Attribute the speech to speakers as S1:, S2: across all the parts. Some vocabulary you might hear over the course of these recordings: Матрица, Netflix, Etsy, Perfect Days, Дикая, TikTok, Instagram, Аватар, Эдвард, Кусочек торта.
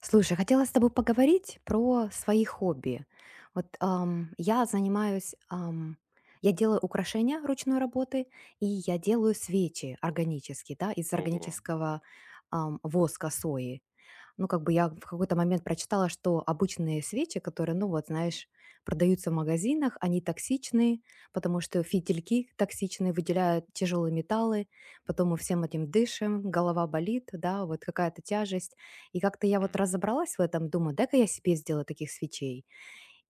S1: Слушай, хотела с тобой поговорить про свои хобби. Вот я занимаюсь, я делаю украшения ручной работы, и я делаю свечи органические, да, из
S2: Ого.
S1: органического воска сои. Ну, как бы я в какой-то момент прочитала, что обычные свечи, которые, ну вот, знаешь, продаются в магазинах, они токсичны, потому что фитильки токсичные, выделяют тяжелые металлы, потом мы всем этим дышим, голова болит, да, вот какая-то тяжесть. И как-то я вот
S2: Мгм.
S1: разобралась в этом, думаю, дай-ка я себе сделаю таких свечей.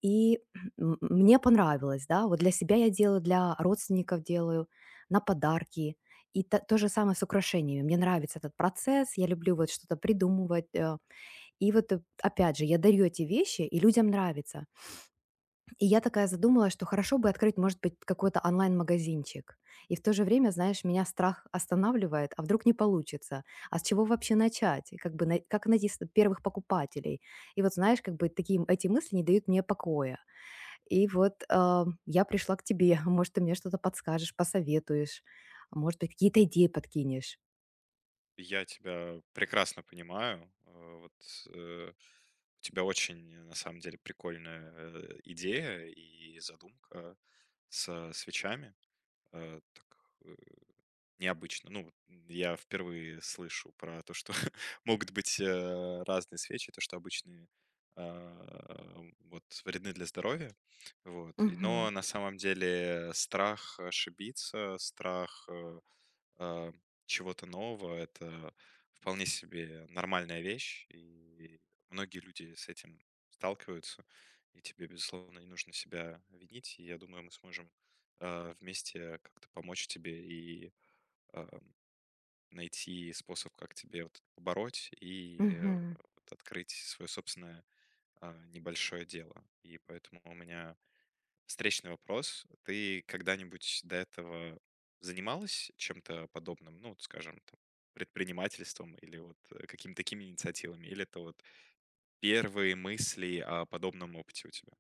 S1: И мне понравилось, да, вот для себя я делаю, для родственников делаю, на подарки – и то же самое с украшениями. Мне нравится этот процесс, я люблю вот что-то придумывать, и вот, опять же, я дарю эти вещи, и людям нравится. И я такая задумалась, что хорошо бы открыть, может быть, какой-то онлайн-магазинчик. И в то же время, знаешь, меня страх останавливает, а вдруг не получится? А с чего вообще начать? И как бы как найти первых покупателей? И вот, знаешь, как бы такие эти мысли не дают мне покоя. И вот, я пришла к тебе. Может, ты мне что-то подскажешь, посоветуешь, а может быть, какие-то идеи подкинешь.
S2: Я тебя прекрасно понимаю. Вот э, у тебя очень, на самом деле, прикольная идея и задумка со свечами. Так э, необычно. Ну, вот я впервые слышу про то, что могут быть разные свечи, то, что обычные вот вредны для здоровья, вот. Но
S1: Мгм.
S2: на самом деле страх ошибиться, страх э, чего-то нового. Это вполне себе нормальная вещь, и многие люди с этим сталкиваются, и тебе, безусловно, не нужно себя винить. И я думаю, мы сможем вместе как-то помочь тебе и э, найти способ, как тебе вот это побороть и
S1: Мгм.
S2: вот открыть свое собственное небольшое дело. И поэтому у меня встречный вопрос. Ты когда-нибудь до этого занималась чем-то подобным? Ну, вот, скажем, там, предпринимательством или вот какими-то такими инициативами? Или это вот первые мысли о подобном опыте у тебя?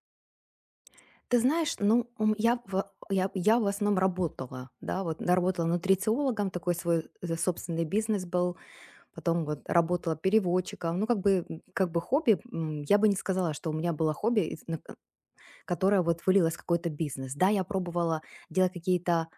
S1: Ты знаешь, ну, я в основном работала, да, вот да, работала нутрициологом, такой свой собственный бизнес был, потом вот работала переводчиком, ну, как бы, как бы хобби, я бы не сказала, что у меня было хобби, которое вот вылилось в какой-то бизнес, да, я пробовала делать какие-то,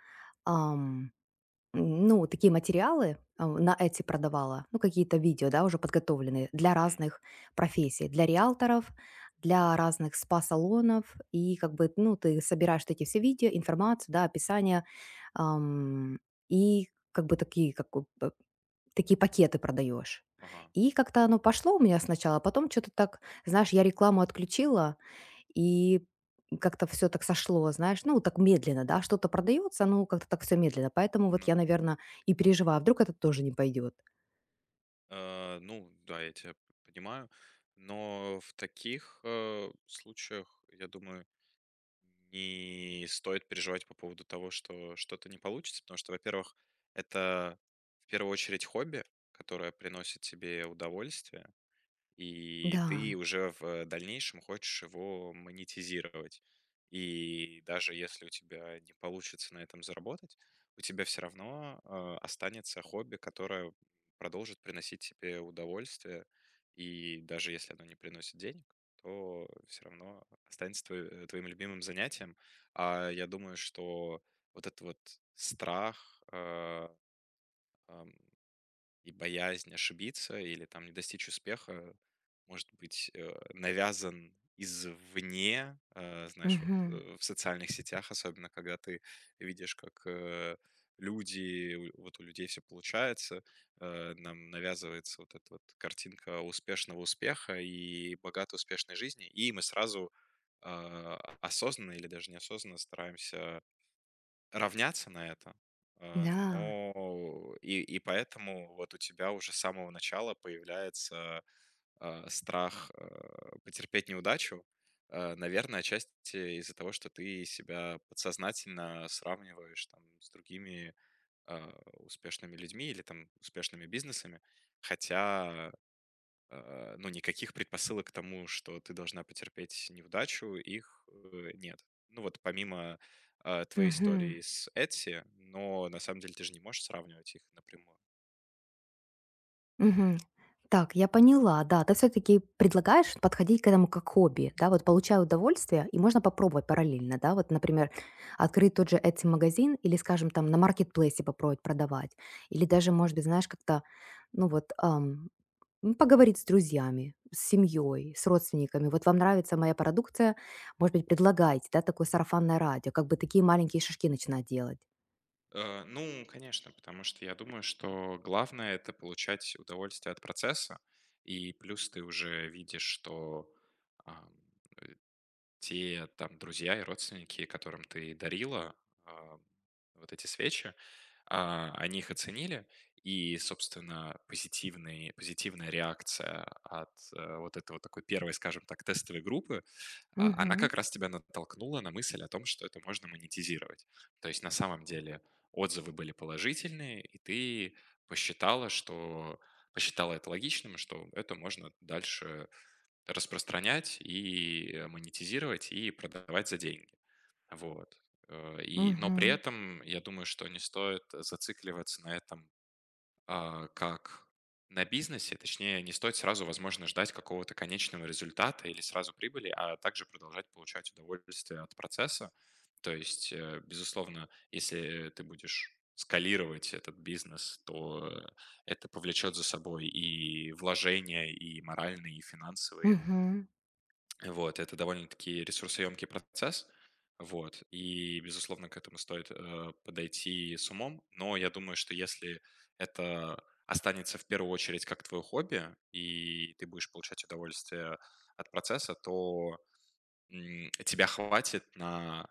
S1: ну, такие материалы, на эти продавала, ну, какие-то видео, да, уже подготовленные для
S2: Мгм.
S1: разных профессий, для риэлторов, для разных спа-салонов. И как бы, ну, ты собираешь вот эти все видео, информацию, да, описание, ам, и как бы такие, э, такие пакеты продаешь.
S2: Ага,
S1: И как-то оно пошло у меня сначала, а потом что-то так, знаешь, я рекламу отключила, и как-то все так сошло, знаешь, ну, так медленно, да, что-то продается, ну, как-то так все медленно. Поэтому вот
S2: ну
S1: я,
S2: да.
S1: наверное, и переживаю, а вдруг это тоже не пойдет.
S2: Ну да, я тебя понимаю, но в таких случаях, я думаю, не стоит переживать по поводу того, что что-то не получится, потому что, во-первых, это в первую очередь хобби, которое приносит тебе удовольствие, и ты
S1: Да.
S2: уже в дальнейшем хочешь его монетизировать. И даже если у тебя не получится на этом заработать, у тебя все равно останется хобби, которое продолжит приносить тебе удовольствие. И даже если оно не приносит денег, то все равно останется твоим любимым занятием. А я думаю, что вот этот вот страх и боязнь ошибиться или там не достичь успеха может быть, навязан извне, знаешь, вот,
S1: Мгм.
S2: в социальных сетях, особенно когда ты видишь, как, люди, у вот у людей все получается, нам навязывается вот эта вот картинка успешного успеха и богатой успешной жизни, и мы сразу, осознанно или даже неосознанно стараемся равняться на это, э,
S1: Да.
S2: но и, и поэтому вот у тебя уже с самого начала появляется страх потерпеть неудачу. Наверное, отчасти из-за того, что ты себя подсознательно сравниваешь там с другими успешными людьми или там успешными бизнесами, хотя ну, никаких предпосылок к тому, что ты должна потерпеть неудачу, их, нет. Ну, вот помимо, твоей
S1: Мгм.
S2: истории с Etsy, но на самом деле ты же не можешь сравнивать их напрямую.
S1: Мгм. Так, я поняла, да. Ты все таки предлагаешь подходить к этому как хобби, да, вот получая удовольствие, и можно попробовать параллельно, да, вот, например, открыть тот же Etsy-магазин или, скажем, там на маркетплейсе попробовать продавать, или даже, может быть, знаешь, как-то, ну вот, ну, поговорить с друзьями, с семьей, с родственниками. Вот вам нравится моя продукция, может быть, предлагайте, да, такое сарафанное радио, как бы такие маленькие шажки начинать делать.
S2: Ну, конечно, потому что я думаю, что главное — это получать удовольствие от процесса. И плюс ты уже видишь, что, те там друзья и родственники, которым ты дарила а, вот эти свечи, они их оценили, и, собственно, позитивная реакция от вот этого такой первой, скажем так, тестовой группы, она
S1: Угу.
S2: как раз тебя натолкнула на мысль о том, что это можно монетизировать. То есть на самом деле отзывы были положительные, и ты посчитала, что посчитала это логичным, что это можно дальше распространять и, монетизировать, и продавать за деньги. Вот. Но при
S1: Угу.
S2: этом, я думаю, что не стоит зацикливаться на этом, как на бизнесе. Точнее, не стоит сразу, возможно, ждать какого-то конечного результата или сразу прибыли, а также продолжать получать удовольствие от процесса. То есть, безусловно, если ты будешь скалировать этот бизнес, то это повлечет за собой и вложения, и моральные, и финансовые,
S1: Угу.
S2: вот, это довольно-таки ресурсоемкий процесс, вот, и, безусловно, к этому стоит, подойти с умом. Но я думаю, что если это останется в первую очередь как твое хобби, и ты будешь получать удовольствие от процесса, то, тебя хватит на,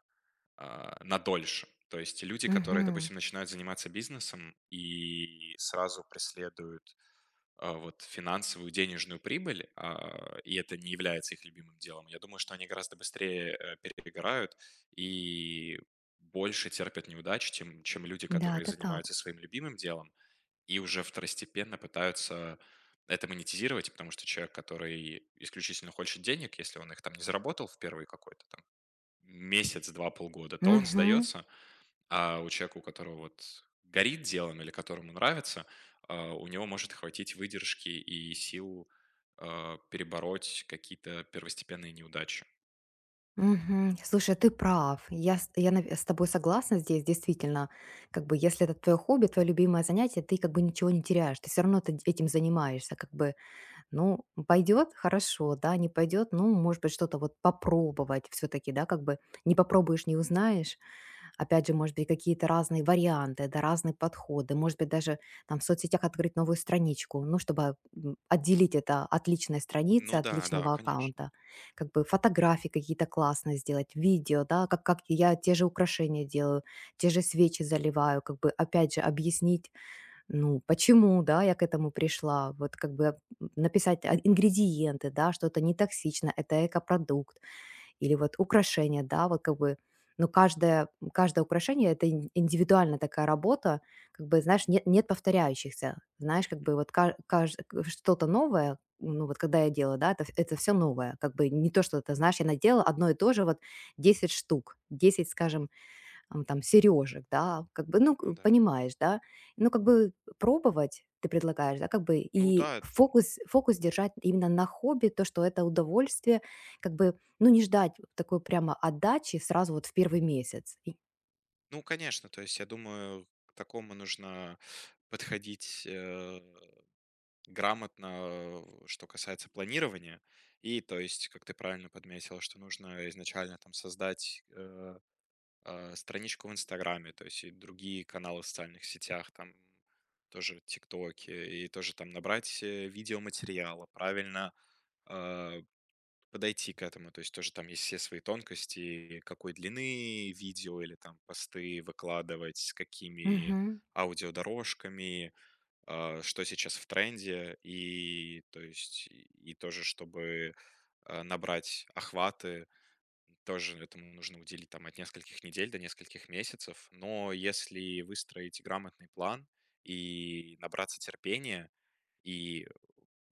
S2: на дольше. То есть люди, которые,
S1: Угу.
S2: допустим, начинают заниматься бизнесом и сразу преследуют вот финансовую, денежную прибыль, и это не является их любимым делом, я думаю, что они гораздо быстрее перегорают и больше терпят неудач, чем люди,
S1: Да,
S2: которые
S1: это так.
S2: занимаются своим любимым делом и уже второстепенно пытаются это монетизировать, потому что человек, который исключительно хочет денег, если он их там не заработал в первый какой-то там месяц, два, полгода, то он
S1: Мгм,
S2: сдается, а у человека, у которого вот горит делом или которому нравится, у него может хватить выдержки и сил перебороть какие-то первостепенные неудачи.
S1: мгм. Слушай, ты прав. Я, с- я нав- с тобой согласна здесь, действительно. Как бы, если это твое хобби, твое любимое занятие, ты как бы ничего не теряешь, ты все равно ты этим занимаешься. Как бы, ну, пойдет, хорошо, да, не пойдет, ну, может быть, что-то вот попробовать все-таки, да, как бы не попробуешь, не узнаешь. Опять же, может быть, какие-то разные варианты, да, разные подходы. Может быть, даже там в соцсетях открыть новую страничку, ну, чтобы отделить это от личной страницы,
S2: Ну
S1: от
S2: да, да,
S1: личного
S2: конечно.
S1: аккаунта. Как бы фотографии какие-то классные сделать, видео, да, как я те же украшения делаю, те же свечи заливаю, как бы, опять же, объяснить, ну, почему, да, я к этому пришла. Вот как бы написать, ингредиенты, да, что это не токсично, это экопродукт, или вот украшения, да, вот как бы, но каждое украшение – это индивидуальная такая работа, как бы, знаешь, нет повторяющихся, знаешь, как бы вот что-то новое, ну, вот когда я делаю, да, это все новое, как бы не то, что, ты знаешь, я надела одно и то же, вот 10 штук, 10, скажем, там сережек, да, как бы, ну,
S2: Ну да.
S1: понимаешь, да, ну, как бы пробовать ты предлагаешь, да, как бы
S2: Ну
S1: и
S2: да,
S1: фокус, фокус держать именно на хобби, то, что это удовольствие, как бы, ну, не ждать такой прямо отдачи сразу вот в первый месяц. И –
S2: ну конечно, то есть я думаю, к такому нужно подходить грамотно, что касается планирования. И то есть, как ты правильно подметила, что нужно изначально там создать страничку в Инстаграме, то есть и другие каналы в социальных сетях, там тоже ТикТоке, и тоже там набрать видеоматериала, правильно э, подойти к этому. То есть тоже там есть все свои тонкости, и какой длины видео или там посты выкладывать, с какими
S1: мгм,
S2: аудиодорожками, что сейчас в тренде, то есть тоже, чтобы набрать охваты, тоже этому нужно уделить там от нескольких недель до нескольких месяцев. Но если выстроить грамотный план и набраться терпения, и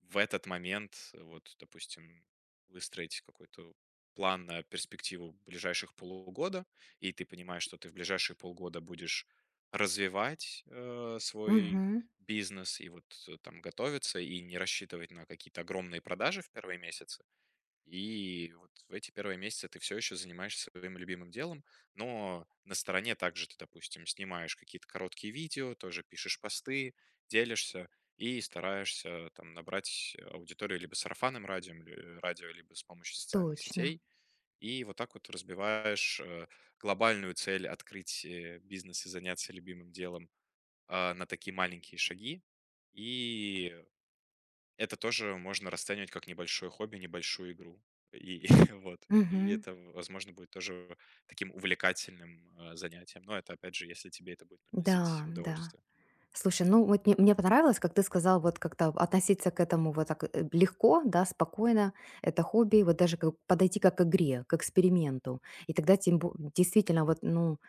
S2: в этот момент, вот, допустим, выстроить какой-то план на перспективу ближайших полугода, и ты понимаешь, что ты в ближайшие полгода будешь развивать свой
S1: мгм,
S2: бизнес и вот там готовиться и не рассчитывать на какие-то огромные продажи в первые месяцы, и вот в эти первые месяцы ты все еще занимаешься своим любимым делом, но на стороне также ты, допустим, снимаешь какие-то короткие видео, тоже пишешь посты, делишься и стараешься там набрать аудиторию либо сарафанным радио либо с помощью социальных
S1: точно.
S2: сетей. И вот так вот разбиваешь глобальную цель открыть бизнес и заняться любимым делом на такие маленькие шаги. И это тоже можно расценивать как небольшое хобби, небольшую игру. И вот. И
S1: Мгм.
S2: это, возможно, будет тоже таким увлекательным, занятием. Но это, опять же, если тебе это будет приносить
S1: Да, да.
S2: удовольствие.
S1: Слушай, ну вот мне понравилось, как ты сказал, вот как-то относиться к этому вот так, легко, да, спокойно, это хобби, вот даже как подойти как к игре, к эксперименту. И тогда тем действительно вот, ну,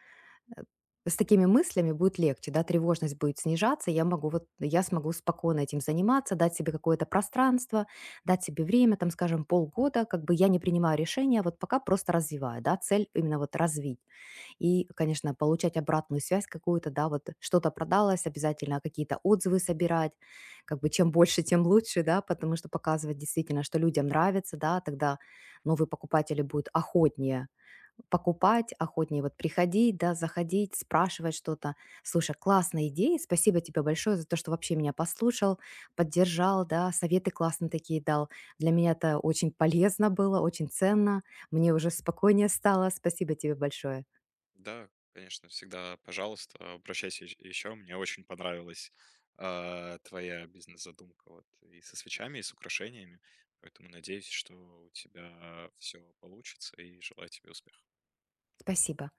S1: Э, с такими мыслями будет легче, да, тревожность будет снижаться, я смогу спокойно этим заниматься, дать себе какое-то пространство, дать себе время, там, скажем, полгода, как бы я не принимаю решения, а вот пока просто развиваю, да, цель именно вот развить. И, конечно, получать обратную связь какую-то, да, вот что-то продалось, обязательно какие-то отзывы собирать, как бы чем больше, тем лучше, да, потому что показывать действительно, что людям нравится, да, тогда новые покупатели будут охотнее покупать охотнее, вот
S2: Мгм.
S1: приходить, да, заходить, спрашивать что-то. Слушай, классная идея, спасибо тебе большое за то, что вообще меня послушал, поддержал, да, советы классные такие дал. Для меня это очень полезно было, очень ценно, мне уже спокойнее стало, спасибо тебе большое.
S2: Да, конечно, всегда, пожалуйста, обращайся еще. Мне очень понравилась, твоя бизнес-задумка вот и со свечами, и с украшениями. Поэтому надеюсь, что у тебя все получится, и желаю тебе успехов.
S1: Спасибо.